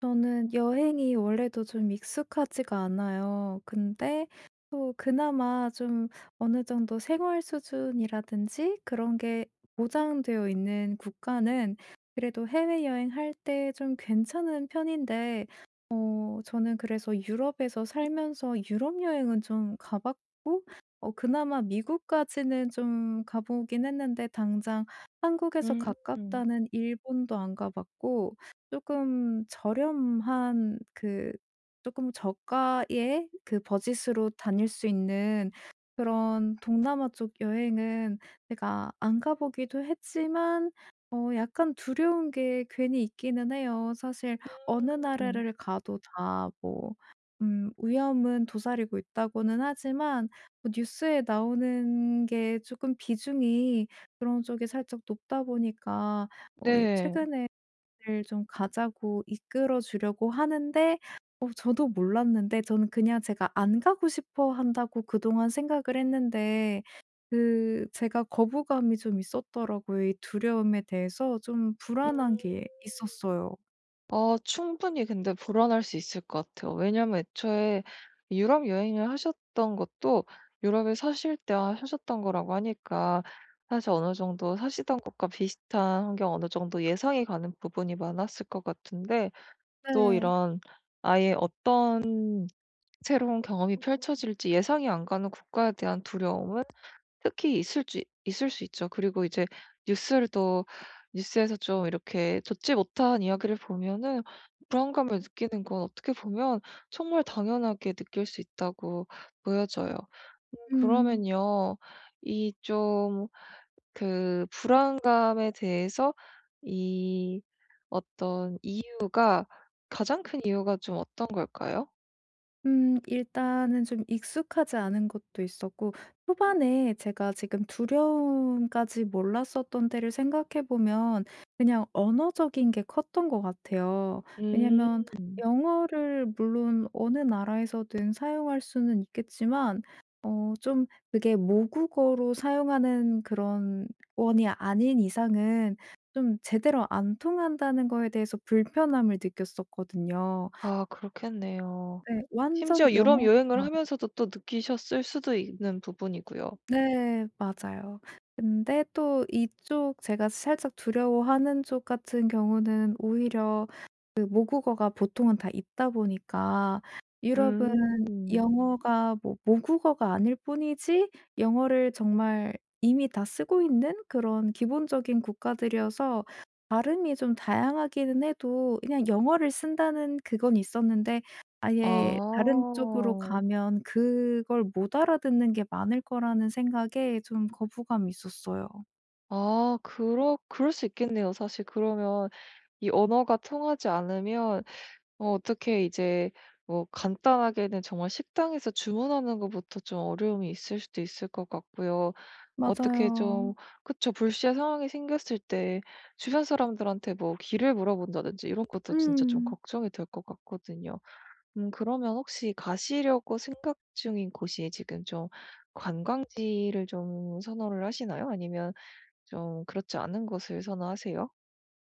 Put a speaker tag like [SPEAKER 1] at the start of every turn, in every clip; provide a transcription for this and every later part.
[SPEAKER 1] 저는 여행이 원래도 좀 익숙하지가 않아요. 근데 또 그나마 좀 어느 정도 생활 수준이라든지 그런 게 보장되어 있는 국가는 그래도 해외여행 할 때 좀 괜찮은 편인데 저는 그래서 유럽에서 살면서 유럽 여행은 좀 가 봤고 그나마 미국까지는 좀 가 보긴 했는데 당장 한국에서
[SPEAKER 2] 음.
[SPEAKER 1] 가깝다는 일본도 안 가 봤고 조금 저렴한 그 조금 저가의 그 버짓으로 다닐 수 있는 그런 동남아 쪽 여행은 제가 안 가 보기도 했지만 약간 두려운 게 괜히 있기는 해요. 사실 어느
[SPEAKER 2] 음.
[SPEAKER 1] 나라를 가도 다 뭐 위험은 도사리고 있다고는 하지만 뭐 뉴스에 나오는 게 조금 비중이 그런 쪽이 살짝 높다 보니까 이
[SPEAKER 2] 네.
[SPEAKER 1] 최근에 를 좀 가자고 이끌어 주려고 하는데 저도 몰랐는데 저는 그냥 제가 안 가고 싶어 한다고 그동안 생각을 했는데 그 제가 거부감이 좀 있었더라고요. 이 두려움에 대해서 좀 불안한 게 있었어요.
[SPEAKER 2] 아, 충분히 근데 불안할 수 있을 것 같아요. 왜냐면 애초에 유럽 여행을 하셨던 것도 유럽에 사실 때 하셨던 거라고 하니까 사실 어느 정도 사시던 곳과 비슷한 환경 어느 정도 예상이 가는 부분이 많았을 것 같은데 또
[SPEAKER 1] 네.
[SPEAKER 2] 이런 아예 어떤 새로운 경험이 펼쳐질지 예상이 안 가는 국가에 대한 두려움은 특히 있을 수 있죠. 그리고 이제 뉴스를 또 뉴스에서 좀 이렇게 좋지 못한 이야기를 보면은 불안감을 느끼는 건 어떻게 보면 정말 당연하게 느낄 수 있다고 보여져요. 음,
[SPEAKER 1] 음.
[SPEAKER 2] 그러면요. 이 좀 그 불안감에 대해서 이 어떤 이유가 가장 큰 이유가 좀 어떤 걸까요?
[SPEAKER 1] 일단은 좀 익숙하지 않은 것도 있었고 초반에 제가 지금 두려움까지 몰랐었던 때를 생각해 보면 그냥 언어적인 게 컸던 것 같아요.
[SPEAKER 2] 음.
[SPEAKER 1] 왜냐면 영어를 물론 어느 나라에서든 사용할 수는 있겠지만 좀 그게 모국어로 사용하는 그런 원이 아닌 이상은 좀 제대로 안 통한다는 거에 대해서 불편함을 느꼈었거든요.
[SPEAKER 2] 아, 그렇겠네요.
[SPEAKER 1] 네. 완전
[SPEAKER 2] 심지어 유럽
[SPEAKER 1] 영
[SPEAKER 2] 여행을
[SPEAKER 1] 어
[SPEAKER 2] 하면서도 또 느끼셨을 수도 있는 부분이고요.
[SPEAKER 1] 네. 맞아요. 근데 또 이쪽 제가 살짝 두려워하는 쪽 같은 경우는 오히려 그 모국어가 보통은 다 있다 보니까 유럽은
[SPEAKER 2] 음.
[SPEAKER 1] 영어가 뭐 모국어가 아닐 뿐이지 영어를 정말 이미 다 쓰고 있는 그런 기본적인 국가들이어서 발음이 좀 다양하기는 해도 그냥 영어를 쓴다는 그건 있었는데 아예 다른 쪽으로
[SPEAKER 2] 아.
[SPEAKER 1] 가면 그걸 못 알아듣는 게 많을 거라는 생각에 좀 거부감이 있었어요.
[SPEAKER 2] 아 그러 그럴 수 있겠네요. 사실 그러면 이 언어가 통하지 않으면 어, 어떻게 이제 뭐 간단하게는 정말 식당에서 주문하는 것부터 좀 어려움이 있을 수도 있을 것 같고요. 어떻게
[SPEAKER 1] 맞아요.
[SPEAKER 2] 좀 그쵸. 불시의 상황이 생겼을 때 주변 사람들한테 뭐 길을 물어본다든지 이런 것도 진짜 좀
[SPEAKER 1] 음.
[SPEAKER 2] 걱정이 될 것 같거든요. 음, 그러면 혹시 가시려고 생각 중인 곳이 지금 좀 관광지를 좀 선호를 하시나요? 아니면 좀 그렇지 않은 곳을 선호하세요?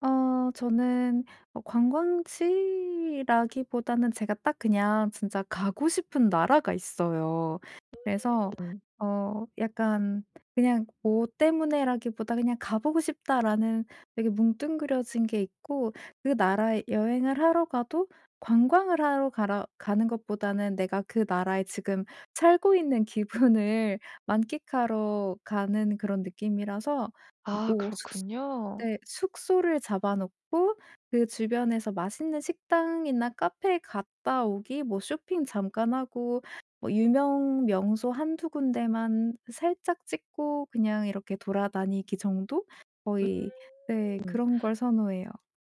[SPEAKER 1] 저는 관광지라기보다는 제가 딱 그냥 진짜 가고 싶은 나라가 있어요. 그래서
[SPEAKER 2] 음.
[SPEAKER 1] 약간 그냥 뭐 때문에라기보다 그냥 '가 보고 싶다.'라는 되게 뭉뚱그려진 게 있고 그 나라에 여행을 하러 가도 관광을 하러 가라 가는 것보다는 내가 그 나라에 지금 살고 있는 기분을 만끽하러 가는 그런 느낌이라서
[SPEAKER 2] 아,
[SPEAKER 1] 뭐숙
[SPEAKER 2] 그렇군요.
[SPEAKER 1] 네. 숙소를 잡아 놓고 그 주변에서 맛있는 식당이나 카페 갔다 오기, 뭐 쇼핑 잠깐 하고 뭐 유명 명소 한두 군데만 살짝 찍고 그냥 이렇게 돌아다니기 정도?
[SPEAKER 2] 음.
[SPEAKER 1] 거의. 네, 그런 걸 선호해요.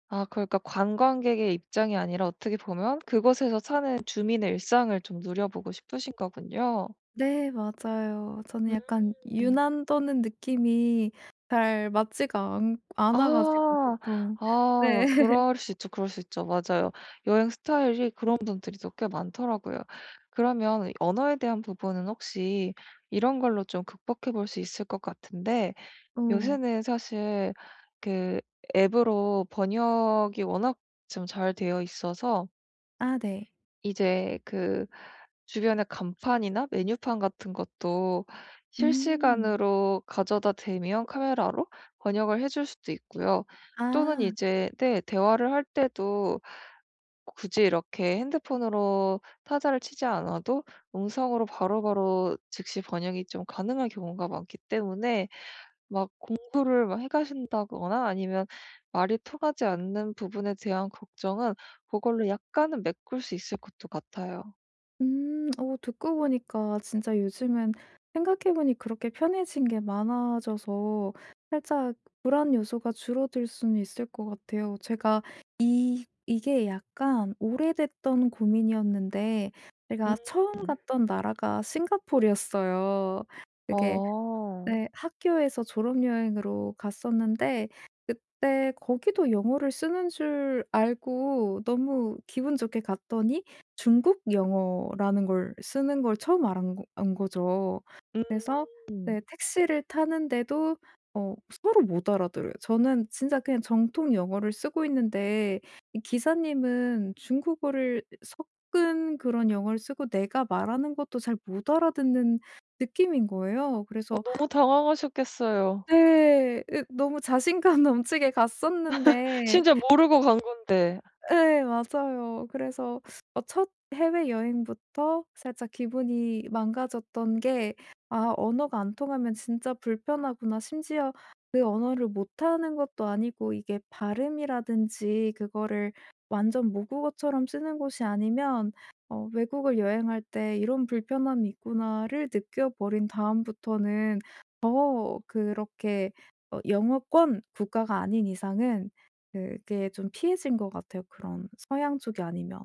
[SPEAKER 2] 아, 그러니까 관광객의 입장이 아니라 어떻게 보면 그곳에서 사는 주민의 일상을 좀 누려보고 싶으신 거군요.
[SPEAKER 1] 네, 맞아요. 저는 약간 유난 떠는 느낌이 잘 맞지가 않 않아 가지고
[SPEAKER 2] 아.
[SPEAKER 1] 보통. 네.
[SPEAKER 2] 아, 그럴 수 있죠, 그럴 수 있죠. 맞아요. 여행 스타일이 그런 분들이 또 꽤 많더라고요. 그러면 언어에 대한 부분은 혹시 이런 걸로 좀 극복해 볼 수 있을 것 같은데,
[SPEAKER 1] 오.
[SPEAKER 2] 요새는 사실 그 앱으로 번역이 워낙 좀 잘 되어 있어서
[SPEAKER 1] 아, 네.
[SPEAKER 2] 이제 그 주변에 간판이나 메뉴판 같은 것도
[SPEAKER 1] 음.
[SPEAKER 2] 실시간으로 가져다 대면 카메라로 번역을 해줄 수도 있고요. 또는
[SPEAKER 1] 아.
[SPEAKER 2] 이제 네, 대화를 할 때도 굳이 이렇게 핸드폰으로 타자를 치지 않아도 음성으로 바로바로 즉시 번역이 좀 가능한 경우가 많기 때문에 막 공부를 막 해 가신다거나 아니면 말이 통하지 않는 부분에 대한 걱정은 그걸로 약간은 메꿀 수 있을 것도 같아요.
[SPEAKER 1] 음. 어 듣고 보니까 진짜 요즘은 생각해 보니 그렇게 편해진 게 많아져서 살짝 불안 요소가 줄어들 수는 있을 것 같아요. 제가 이 이게 약간 오래됐던 고민이었는데
[SPEAKER 2] 음.
[SPEAKER 1] 제가 처음 갔던 나라가 싱가포르였어요. 그게.
[SPEAKER 2] 아.
[SPEAKER 1] 네. 학교에서 졸업 여행으로 갔었는데 그때 거기도 영어를 쓰는 줄 알고 너무 기분 좋게 갔더니 중국 영어라는 걸 쓰는 걸 처음 알은 거 안 거죠. 그래서 네,
[SPEAKER 2] 음.
[SPEAKER 1] 택시를 타는데도 어 서로 못 알아들어요. 저는 진짜 그냥 정통 영어를 쓰고 있는데 이 기사님은 중국어를 섞은 그런 영어를 쓰고, 내가 말하는 것도 잘 못 알아듣는 느낌인 거예요.
[SPEAKER 2] 어,
[SPEAKER 1] 그래서
[SPEAKER 2] 너무 당황하셨겠어요.
[SPEAKER 1] 네. 으, 너무 자신감 넘치게 갔었는데.
[SPEAKER 2] 심지어 모르고 간 건데.
[SPEAKER 1] 예, 맞아요. 그래서 첫 해외여행부터 살짝 기분이 망가졌던 게 '아 언어가 안 통하면 진짜 불편하구나.' 심지어 그 언어를 못하는 것도 아니고 이게 발음이라든지 그거를 완전 모국어처럼 쓰는 곳이 아니면 '외국을 여행할 때 이런 불편함이 있구나.'를 느껴버린 다음부터는 더 그렇게 영어권 국가가 아닌 이상은 그게 좀 피해진 것 같아요, 그런 서양 쪽이 아니면.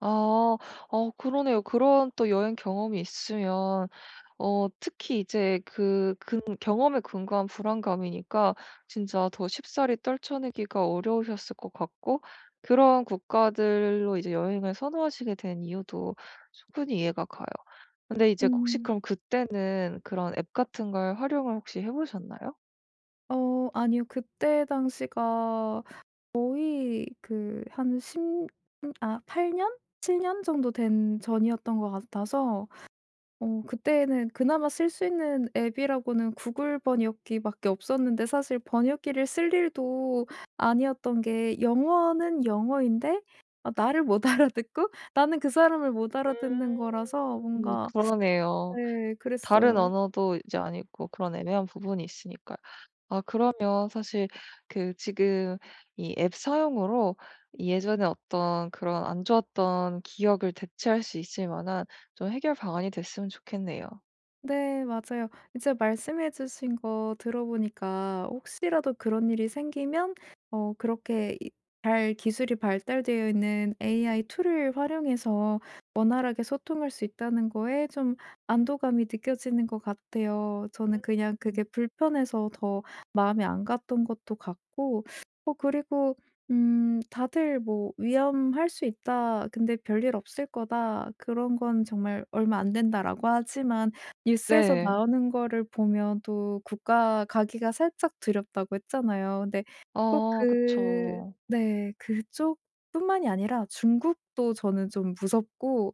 [SPEAKER 2] 아. 어, 그러네요. 그런 또 여행 경험이 있으면 어, 특히 이제 그 근 경험에 근거한 불안감이니까 진짜 더 쉽사리 떨쳐내기가 어려우셨을 것 같고, 그런 국가들로 이제 여행을 선호하시게 된 이유도 충분히 이해가 가요. 근데 이제 혹시
[SPEAKER 1] 음.
[SPEAKER 2] 그럼 그때는 그런 앱 같은 걸 활용을 혹시 해 보셨나요?
[SPEAKER 1] 아니요. 그때 당시가 거의 그 한 십아8 년? 7년 정도 된 전이었던 것 같아서 그때는 그나마 쓸 수 있는 앱이라고는 구글 번역기 밖에 없었는데 사실 번역기를 쓸 일도 아니었던 게 영어는 영어인데, 아 나를 못 알아듣고 나는 그 사람을 못 알아듣는 거라서 뭔가.
[SPEAKER 2] 그러네요.
[SPEAKER 1] 네,
[SPEAKER 2] 다른
[SPEAKER 1] 그랬어요.
[SPEAKER 2] 언어도 이제 아니고 그런 애매한 부분이 있으니까요. 아, 그러면 사실 그 지금 이 앱 사용으로 이 예전에 어떤 그런 안 좋았던 기억을 대체할 수 있을 만한 좀 해결 방안이 됐으면 좋겠네요.
[SPEAKER 1] 네, 맞아요. 이제 말씀해 주신 거 들어보니까 혹시라도 그런 일이 생기면 그렇게 잘 기술이 발달되어 있는 AI 툴을 활용해서 원활하게 소통할 수 있다는 거에 좀 안도감이 느껴지는 것 같아요. 저는 그냥 그게 불편해서 더 마음에 안 갔던 것도 같고, 그리고 다들 뭐 위험할 수 있다. 근데 별일 없을 거다. 그런 건 정말 얼마 안 된다라고 하지만 뉴스에서
[SPEAKER 2] 네.
[SPEAKER 1] 나오는 거를 보면 또 국가 가기가 살짝 두렵다고 했잖아요. 근데 꼭
[SPEAKER 2] 아,
[SPEAKER 1] 그,
[SPEAKER 2] 그쵸.
[SPEAKER 1] 네 그쪽뿐만이 아니라 중국도 저는 좀 무섭고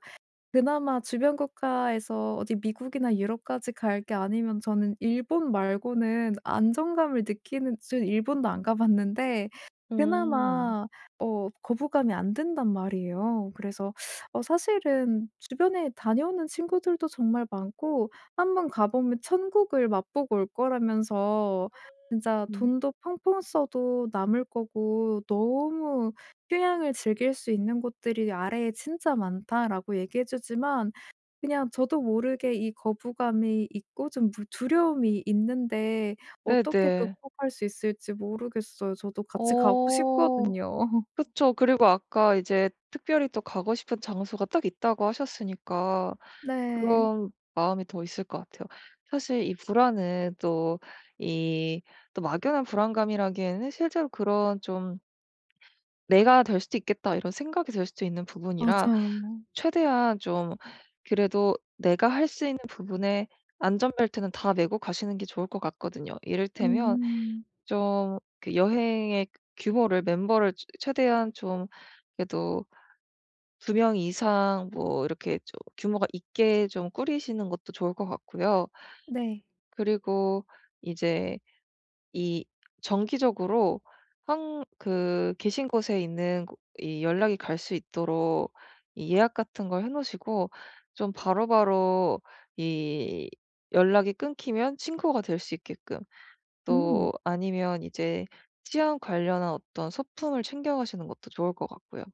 [SPEAKER 1] 그나마 주변 국가에서 어디 미국이나 유럽까지 갈 게 아니면 저는 일본 말고는 안정감을 느끼는, 지금 일본도 안 가 봤는데
[SPEAKER 2] 음.
[SPEAKER 1] 그나마 거부감이 안 든단 말이에요. 그래서 사실은 주변에 다녀오는 친구들도 정말 많고 한번 가 보면 천국을 맛보고 올 거라면서 진짜
[SPEAKER 2] 음.
[SPEAKER 1] 돈도 펑펑 써도 남을 거고 너무 휴양을 즐길 수 있는 곳들이 "아래에 진짜 많다."라고 얘기해 주지만 그냥 저도 모르게 이 거부감이 있고 좀 무 두려움이 있는데 어떻게
[SPEAKER 2] 네네.
[SPEAKER 1] 극복할 수 있을지 모르겠어요. 저도 같이 가고
[SPEAKER 2] 어,
[SPEAKER 1] 싶거든요.
[SPEAKER 2] 그쵸. 그리고 아까 이제 특별히 또 가고 싶은 장소가 딱 있다고 하셨으니까
[SPEAKER 1] 네.
[SPEAKER 2] 그런 마음이 더 있을 것 같아요. 사실 이 불안은 또 이 또 막연한 불안감이라기에는 실제로 그런 좀 '내가 될 수도 있겠다.' 이런 생각이 들 수도 있는 부분이라
[SPEAKER 1] 맞아요.
[SPEAKER 2] 최대한 좀 그래도 내가 할 수 있는 부분에 안전벨트는 다 메고 가시는 게 좋을 것 같거든요. 이를테면
[SPEAKER 1] 음.
[SPEAKER 2] 좀 그 여행의 규모를 멤버를 최 최대한 좀 그래도 2명 명 이상 뭐 이렇게 좀 규모가 있게 좀 꾸리시는 것도 좋을 것 같고요.
[SPEAKER 1] 네.
[SPEAKER 2] 그리고 이제 이 정기적으로 한 그 계신 곳에 있는 고 이 연락이 갈 수 있도록 이 예약 같은 걸 해 놓으시고 좀 바로바로 이 연락이 끊기면 친구가 될 수 있게끔
[SPEAKER 1] 음.
[SPEAKER 2] 또 아니면 이제 치안 관련한 어떤 소품을 챙겨 가시는 것도 좋을 것 같고요.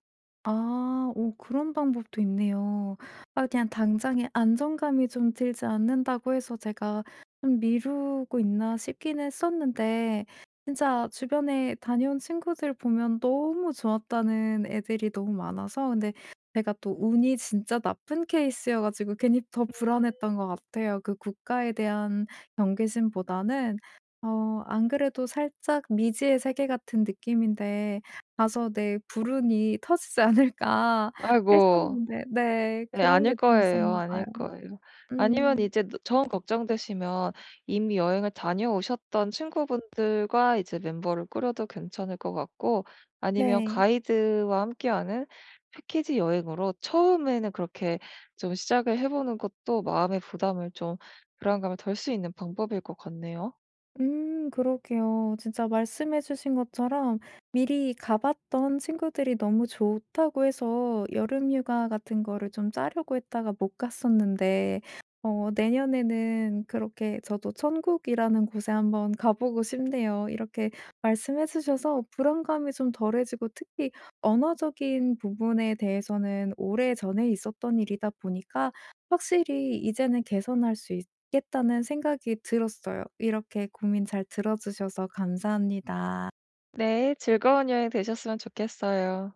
[SPEAKER 1] 아. 오, 그런 방법도 있네요. 아 그냥 당장에 안정감이 좀 들지 않는다고 해서 제가 좀 미루고 있나 싶긴 했었는데 진짜 주변에 다녀온 친구들 보면 너무 좋았다는 애들이 너무 많아서, 근데 제가 또 운이 진짜 나쁜 케이스여 가지고 괜히 더 불안했던 것 같아요. 그 국가에 대한 경계심보다는 안 그래도 살짝 미지의 세계 같은 느낌인데 가서 내 불운이 터지지 않을까
[SPEAKER 2] 아이고.
[SPEAKER 1] 했었는데, 네
[SPEAKER 2] 네.
[SPEAKER 1] 그런 게
[SPEAKER 2] 아닐
[SPEAKER 1] 좀
[SPEAKER 2] 거예요.
[SPEAKER 1] 있었나 봐요.
[SPEAKER 2] 아닐 거예요. 아니면
[SPEAKER 1] 음.
[SPEAKER 2] 이제 너 정 걱정되시면 이미 여행을 다녀오셨던 친구분들과 이제 멤버를 꾸려도 괜찮을 것 같고, 아니면
[SPEAKER 1] 네.
[SPEAKER 2] 가이드와 함께하는 패키지 여행으로 처음에는 그렇게 좀 시작을 해 보는 것도 마음의 부담을 좀 불안감을 덜 수 있는 방법일 것 같네요.
[SPEAKER 1] 음, 그러게요. 진짜 말씀해 주신 것처럼 미리 가봤던 친구들이 너무 좋다고 해서 여름 휴가 같은 거를 좀 짜려고 했다가 못 갔었는데 내년에는 그렇게 저도 천국이라는 곳에 한번 가보고 싶네요. 이렇게 말씀해 주셔서 불안감이 좀 덜해지고, 특히 언어적인 부분에 대해서는 오래전에 있었던 일이다 보니까 확실히 이제는 개선할 수 있을 겠다는 생각이 들었어요. 이렇게 고민 잘 들어 주셔서 감사합니다.
[SPEAKER 2] 네. 즐거운 여행 되셨으면 좋겠어요.